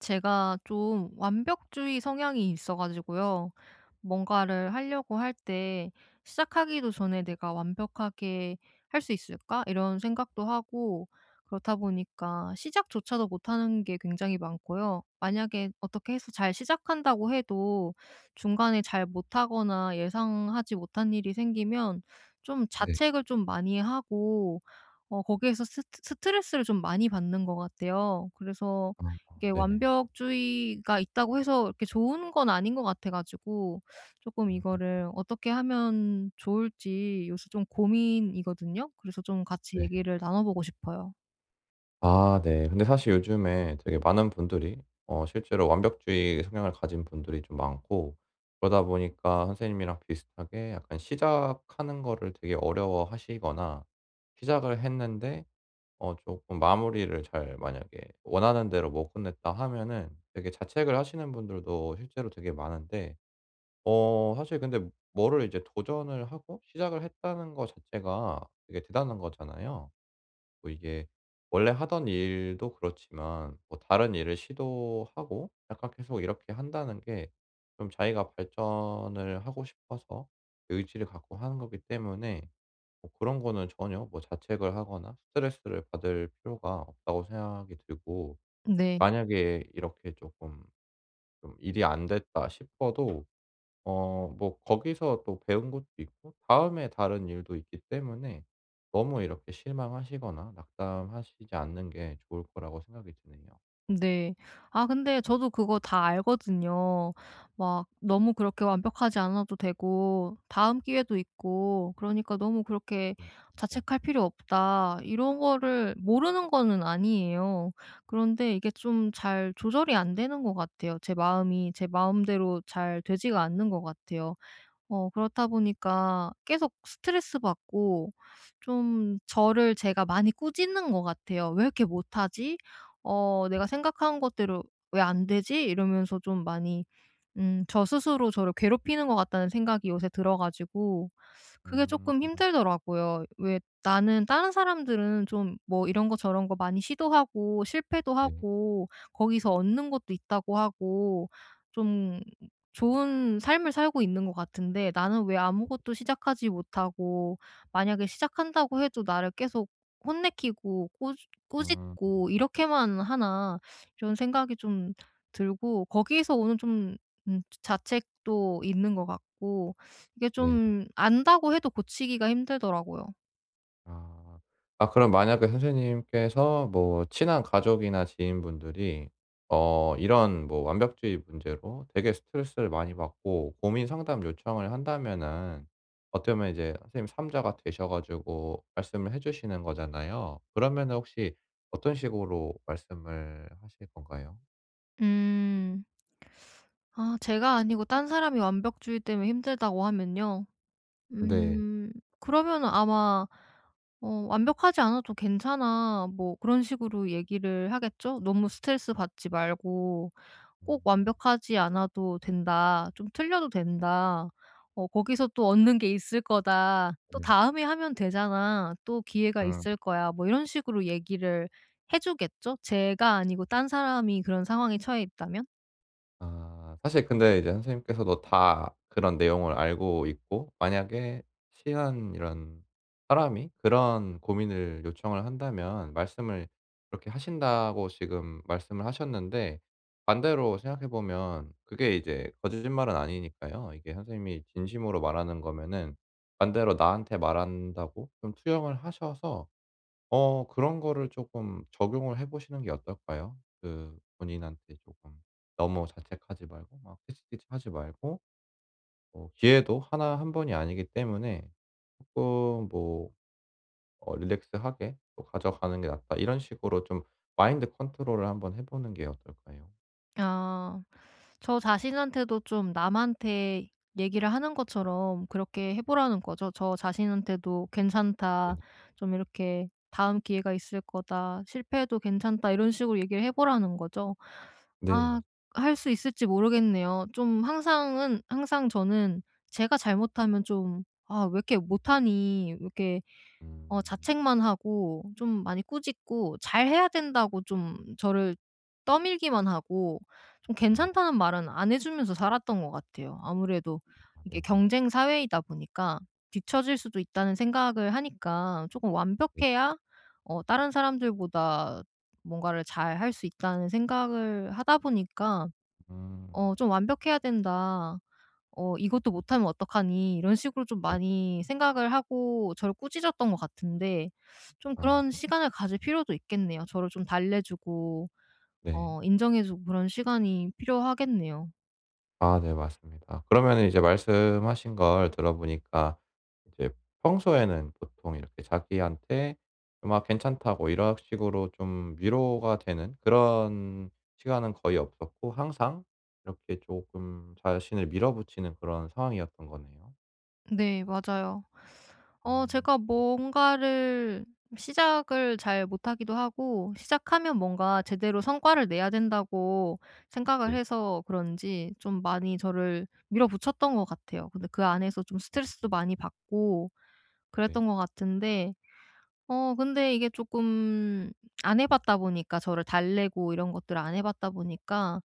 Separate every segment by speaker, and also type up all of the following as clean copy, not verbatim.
Speaker 1: 제가 좀 완벽주의 성향이 있어 가지고요. 뭔가를 하려고 할 때, 시작하기도 전에 '내가 완벽하게 할 수 있을까?' 이런 생각도 하고, 그렇다 보니까 시작조차도 못하는 게 굉장히 많고요. 만약에 어떻게 해서 잘 시작한다고 해도 중간에 잘 못하거나 예상하지 못한 일이 생기면 좀
Speaker 2: 네.
Speaker 1: 자책을 좀 많이 하고, 거기에서 스트 스트레스를 좀 많이 받는 것 같아요. 그래서
Speaker 2: 아.
Speaker 1: 이게
Speaker 2: 네네.
Speaker 1: 완벽주의가 있다고 해서 이렇게 좋은 건 아닌 것 같아 가지고, 조금 이거를 어떻게 하면 좋을지 요새 좀 고민이거든요. 그래서 좀 같이
Speaker 2: 네.
Speaker 1: 얘기를 나눠 보고 싶어요.
Speaker 2: 아 네. 근데 사실 요즘에 되게 많은 분들이 실제로 완벽주의 성향을 가진 분들이 좀 많고, 그러다 보니까 선생님이랑 비슷하게 약간 시작하는 거를 되게 어려워하시거나, 시작을 했는데 쪼끔 마무리를 잘 만약에 원하는 대로 못 끝냈다 하면은 되게 자책을 하시는 분들도 실제로 되게 많은데, 사실 근데 뭐를 이제 도전을 하고 시작을 했다는 거 자체가 되게 대단한 거잖아요. 뭐 이게 원래 하던 일도 그렇지만 뭐 다른 일을 시도하고 약간 계속 이렇게 한다는 게 좀 자기가 발전을 하고 싶어서 의지를 갖고 하는 거기 때문에, 뭐 그런 거는 전혀 뭐 자책을 하거나 스트레스를 받을 필요가 없다고 생각이 들고,
Speaker 1: 네.
Speaker 2: 만약에 이렇게 조금 좀 일이 안 됐다 싶어도 뭐 거기서 또 배운 것도 있고 다음에 다른 일도 있기 때문에 너무 이렇게 실망하시거나 낙담하시지 않는 게 좋을 거라고 생각이 드네요.
Speaker 1: 네. 아, 근데 저도 그거 다 알거든요. 막 너무 그렇게 완벽하지 않아도 되고 다음 기회도 있고, 그러니까 너무 그렇게
Speaker 2: 음 네.
Speaker 1: '자책할 필요 없다.' 이런 거를 모르는 거는 아니에요. 그런데 이게 좀 잘 조절이 안 되는 것 같아요. 제 마음이 제 마음대로 잘 되지가 않는 것 같아요. 그렇다 보니까 계속 스트레스 받고 좀 저를 제가 많이 꾸짖는 것 같아요. '왜 이렇게 못하지?
Speaker 2: 네.
Speaker 1: 내가 생각한 것대로 왜 안 되지?' 이러면서 좀 많이, 저 스스로 저를 괴롭히는 것 같다는 생각이 요새 들어 가지고 그게
Speaker 2: 음
Speaker 1: 조금 힘들더라고요. 왜 나는, 다른 사람들은 좀 뭐 이런 거 저런 거 많이 시도하고 실패도
Speaker 2: 네.
Speaker 1: 하고 거기서 얻는 것도 있다고 하고 좀 좋은 삶을 살고 있는 것 같은데, 나는 왜 아무것도 시작하지 못하고, 만약에 시작한다고 해도 나를 계속 혼내키고 꼬
Speaker 2: 음
Speaker 1: 꼬집고 '이렇게만 하나.' 이런 생각이 좀 들고, 거기에서 오는 좀 자책도 있는 것 같고, 이게
Speaker 2: 네.
Speaker 1: 좀 안다고 해도 고치기가 힘들더라고요.
Speaker 2: 아. 아 그럼 만약에 선생님께서 뭐 친한 가족이나 지인분들이 이런 뭐 완벽주의 문제로 되게 스트레스를 많이 받고 고민 상담 요청을 한다면은, 어떻게 보면 이제 선생님 3 자가 되셔 가지고 말씀을 해 주시는 거잖아요. 그러면 혹시 어떤 식으로 말씀을 하실 건가요?
Speaker 1: 음. 아, 제가 아니고 딴 사람이 완벽주의 때문에 힘들다고 하면요.
Speaker 2: 네.
Speaker 1: 음 그러면은 아마 "완벽하지 않아도 괜찮아." 뭐 그런 식으로 얘기를 하겠죠. 너무 스트레스 받지 말고, 꼭
Speaker 2: 음.
Speaker 1: 완벽하지 않아도 된다. 좀 틀려도 된다. 거기서 또 얻는 게 있을 거다. 또
Speaker 2: 네.
Speaker 1: 다음에 하면 되잖아. 또 기회가
Speaker 2: 음.
Speaker 1: 있을 거야. 뭐 이런 식으로 얘기를 해 주겠죠? 제가 아니고 딴 사람이 그런 상황에 처해 있다면?
Speaker 2: 아 사실 근데 이제 선생님께서도 다 그런 내용을 알고 있고, 만약에 시한 이런 사람이 그런 고민을 요청을 한다면 말씀을 그렇게 하신다고 지금 말씀을 하셨는데, 반대로 생각해 보면 그게 이제 거짓말은 아니니까요. 이게 선생님이 진심으로 말하는 거면은, 반대로 나한테 말한다고 좀 투영을 하셔서 그런 거를 조금 적용을 해 보시는 게 어떨까요? 그 본인한테 조금 너무 자책하지 말고 막 히스히스하지 말고, 뭐 기회도 하나, 한 번이 아니기 때문에 조금 뭐 '릴렉스하게 또 가져가는 게 낫다.' 이런 식으로 좀 마인드 컨트롤을 한번 해 보는 게 어떨까요?
Speaker 1: 아. 저 자신한테도 좀 남한테 얘기를 하는 것처럼 그렇게 해 보라는 거죠. 저 자신한테도 "괜찮다."
Speaker 2: 네네.
Speaker 1: 좀 이렇게 "다음 기회가 있을 거다.", "실패해도 괜찮다." 이런 식으로 얘기를 해 보라는 거죠.
Speaker 2: 네 맞습
Speaker 1: 아,
Speaker 2: 니
Speaker 1: 할 수 있을지 모르겠네요. 좀 항상은 항상 저는 제가 잘못하면 좀 '아 왜 이렇게 못하니? 왜 이렇게?'
Speaker 2: 음.
Speaker 1: 자책만 하고 좀 많이 꾸짖고 잘해야 된다고 좀 저를 떠밀기만 하고, 좀
Speaker 2: 아
Speaker 1: 괜찮다는 말은 안 해 주면서 살았던 것 같아요. 아무래도 이게
Speaker 2: 네네.
Speaker 1: 경쟁 사회이다 보니까 뒤처질 수도 있다는 생각을 하니까, 조금
Speaker 2: 네.
Speaker 1: 완벽해야 다른 사람들보다 뭔가를 잘 할 수 있다는 생각을 하다 보니까
Speaker 2: 음.
Speaker 1: 좀 '완벽해야 된다.', '이것도 못하면 어떡하니.' 이런 식으로 좀
Speaker 2: 네.
Speaker 1: 많이 생각을 하고 저를 꾸짖었던 것 같은데, 좀 그런
Speaker 2: 아
Speaker 1: 시간을 가질 필요도 있겠네요. 저를 좀 달래 주고
Speaker 2: 네.
Speaker 1: 인정해 주고 그런 시간이 필요하겠네요.
Speaker 2: 아 네 맞습니다. 그러면은 이제 말씀하신 걸 들어보니까 이제 평소에는 보통 이렇게 자기한테 좀 '아 괜찮다.'고 이런 식으로 좀 위로가 되는 그런 시간은 거의 없었고, 항상 이렇게 조금 자신을 밀어붙이는 그런 상황이었던 거네요.
Speaker 1: 네, 맞아요.
Speaker 2: 음
Speaker 1: 제가 뭔가를 시작을 잘 못하기도 하고, 시작하면 뭔가 제대로 성과를 내야 된다고 생각을
Speaker 2: 네.
Speaker 1: 해서 그런지 좀 많이 저를 밀어붙였던 것 같아요. 근데 그 안에서 좀
Speaker 2: 아
Speaker 1: 스트레스도 많이 받고
Speaker 2: 네.
Speaker 1: 그랬던 것 같은데, 근데 이게 조금 안 해 봤다 보니까, 저를 달래고 이런 것들을 안 해 봤다 보니까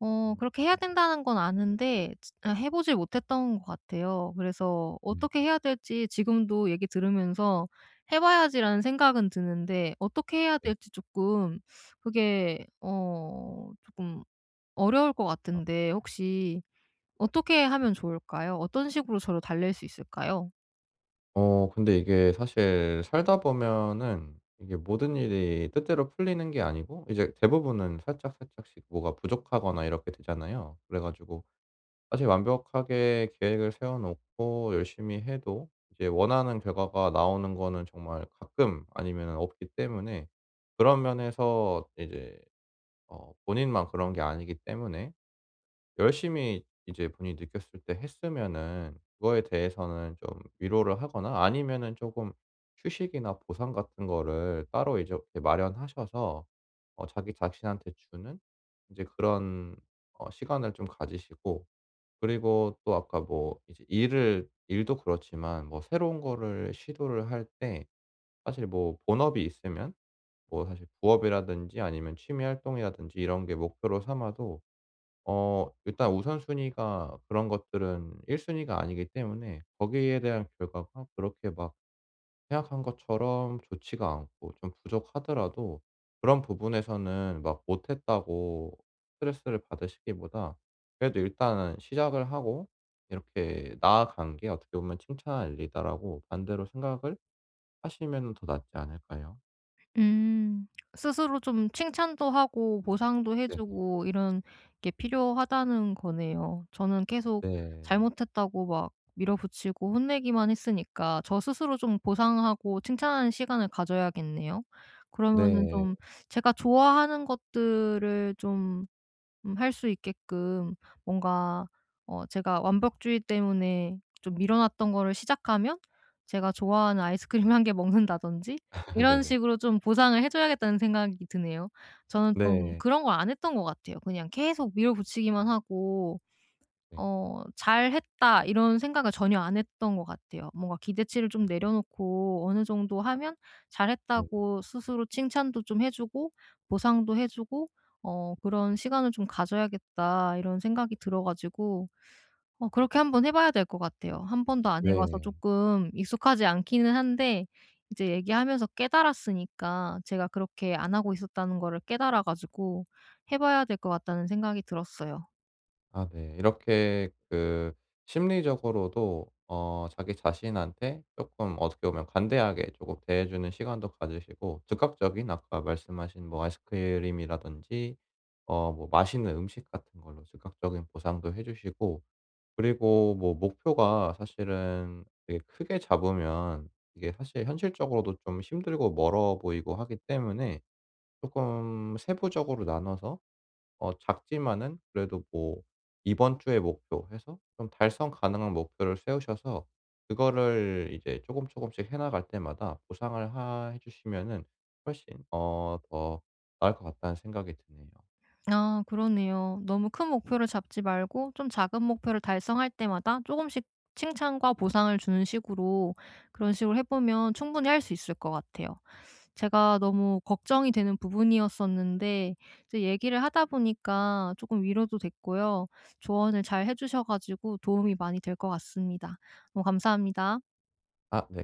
Speaker 2: 음
Speaker 1: 그렇게 해야 된다는 건 아는데, 지 아 해 보질 못했던 것 같아요. 그래서
Speaker 2: 음
Speaker 1: 어떻게 해야 될지 지금도 얘기 들으면서 '해 봐야지.'라는 생각은 드는데, 어떻게 해야
Speaker 2: 네.
Speaker 1: 될지 조금, 그게 조금 어려울 것
Speaker 2: 아
Speaker 1: 같은데, 혹시 어떻게
Speaker 2: 네.
Speaker 1: 하면 좋을까요? 어떤 식으로 저를 달랠 수 있을까요?
Speaker 2: 근데 이게 사실 살다 보면은 이게 모든 일이 뜻대로 풀리는 게 아니고 이제 대부분은 살짝살짝씩 뭐가 부족하거나 이렇게 되잖아요. 그래 가지고 사실 완벽하게 계획을 세워 놓고 열심히 해도 이제 원하는 결과가 나오는 거는 정말 가끔 아니면 없기 때문에, 그런 면에서 이제 본인만 그런 게 아니기 때문에 열심히 이제 본인이 느꼈을 때 했으면은 그거에 대해서는 좀 위로를 하거나 아니면은 조금 휴식이나 보상 같은 거를 따로 이제 이렇게 마련하셔서 자기 자신한테 주는 이제 그런 시간을 좀 가지시고, 그리고 또 아까 뭐 이제 일을 일도 그렇지만 뭐 새로운 거를 시도를 할 때 사실 뭐 본업이 있으면 뭐 사실 부업이라든지 아니면 취미 활동이라든지 이런 게 목표로 삼아도 일단 우선순위가 그런 것들은 1 순위가 아니기 때문에, 거기에 대한 결과가 그렇게 막 생각한 것처럼 좋지가 않고 좀 부족하더라도 그런 부분에서는 막 못했다고 스트레스를 받으시기보다 그래도 일단은 시작을 하고 이렇게 나아간 게 어떻게 보면 '칭찬할 일이다.'라고 반대로 생각을 하시면 더 낫지 않을까요?
Speaker 1: 음. 스스로 좀 칭찬도 하고 보상도 해
Speaker 2: 네네.
Speaker 1: 주고 이런 게 필요하다는 거네요. 저는 계속
Speaker 2: 네.
Speaker 1: 잘못했다고 막 밀어붙이고 혼내기만 했으니까 저 스스로 좀 보상하고 칭찬하는 시간을 가져야겠네요. 그러면은
Speaker 2: 네.
Speaker 1: 좀 제가 좋아하는 것들을 좀 할 수 있게끔, 뭔가 제가 완벽주의 때문에 좀 밀어 놨던 거를 시작하면 제가 좋아하는 아이스크림 한 개 먹는다든지, 이런
Speaker 2: 네네.
Speaker 1: 식으로 좀 보상을 해 줘야겠다는 생각이 드네요. 저는 좀
Speaker 2: 네.
Speaker 1: 그런 걸 안 했던 것 같아요. 그냥 계속 밀어붙이기만 하고
Speaker 2: 네.
Speaker 1: '잘했다.' 이런 생각을 전혀 안 했던 것 같아요. 뭔가 기대치를 좀 내려놓고 어느 정도 하면
Speaker 2: 네.
Speaker 1: 잘했다고 스스로 칭찬도 좀 해 주고 보상도 해 주고, '그런 시간을 좀 가져야겠다.' 이런 생각이 들어 가지고 그렇게 한번 해 봐야 될 것 같아요. 한 번도 안 해 봐서
Speaker 2: 네.
Speaker 1: 조금 익숙하지 않기는 한데, 이제 얘기하면서 깨달았으니까, 제가 그렇게 안 하고 있었다는 거를 깨달아 가지고 해 봐야 될 것 같다는 생각이 들었어요.
Speaker 2: 아 네. 이렇게 그 심리적으로도 자기 자신한테 조금 어떻게 보면 관대하게 조금 대해 주는 시간도 가지시고, 즉각적인 아까 말씀하신 뭐 아이스크림이라든지 뭐 맛있는 음식 같은 걸로 즉각적인 보상도 해 주시고, 그리고 뭐 목표가 사실은 되게 크게 잡으면 이게 사실 현실적으로도 좀 힘들고 멀어 보이고 하기 때문에 조금 세부적으로 나눠서 작지만은 그래도 뭐 '이번 주의 목표.' 해서 좀 달성 가능한 목표를 세우셔서 그거를 이제 조금 조금씩 해 나갈 때마다 보상을 하 해 주시면은 훨씬 더 나을 것 같다는 생각이 드네요.
Speaker 1: 아, 그러네요. 너무 큰 목표를 잡지 말고 좀 작은 목표를 달성할 때마다 조금씩 칭찬과 보상을 주는 식으로, 그런 식으로 해 보면 충분히 할 수 있을 것 같아요. 제가 너무 걱정이 되는 부분이었었는데, 이제 얘기를 하다 보니까 조금 위로도 됐고요. 조언을 잘 해 주셔 가지고 도움이 많이 될 것 같습니다. 너무 감사합니다.
Speaker 2: 아 네.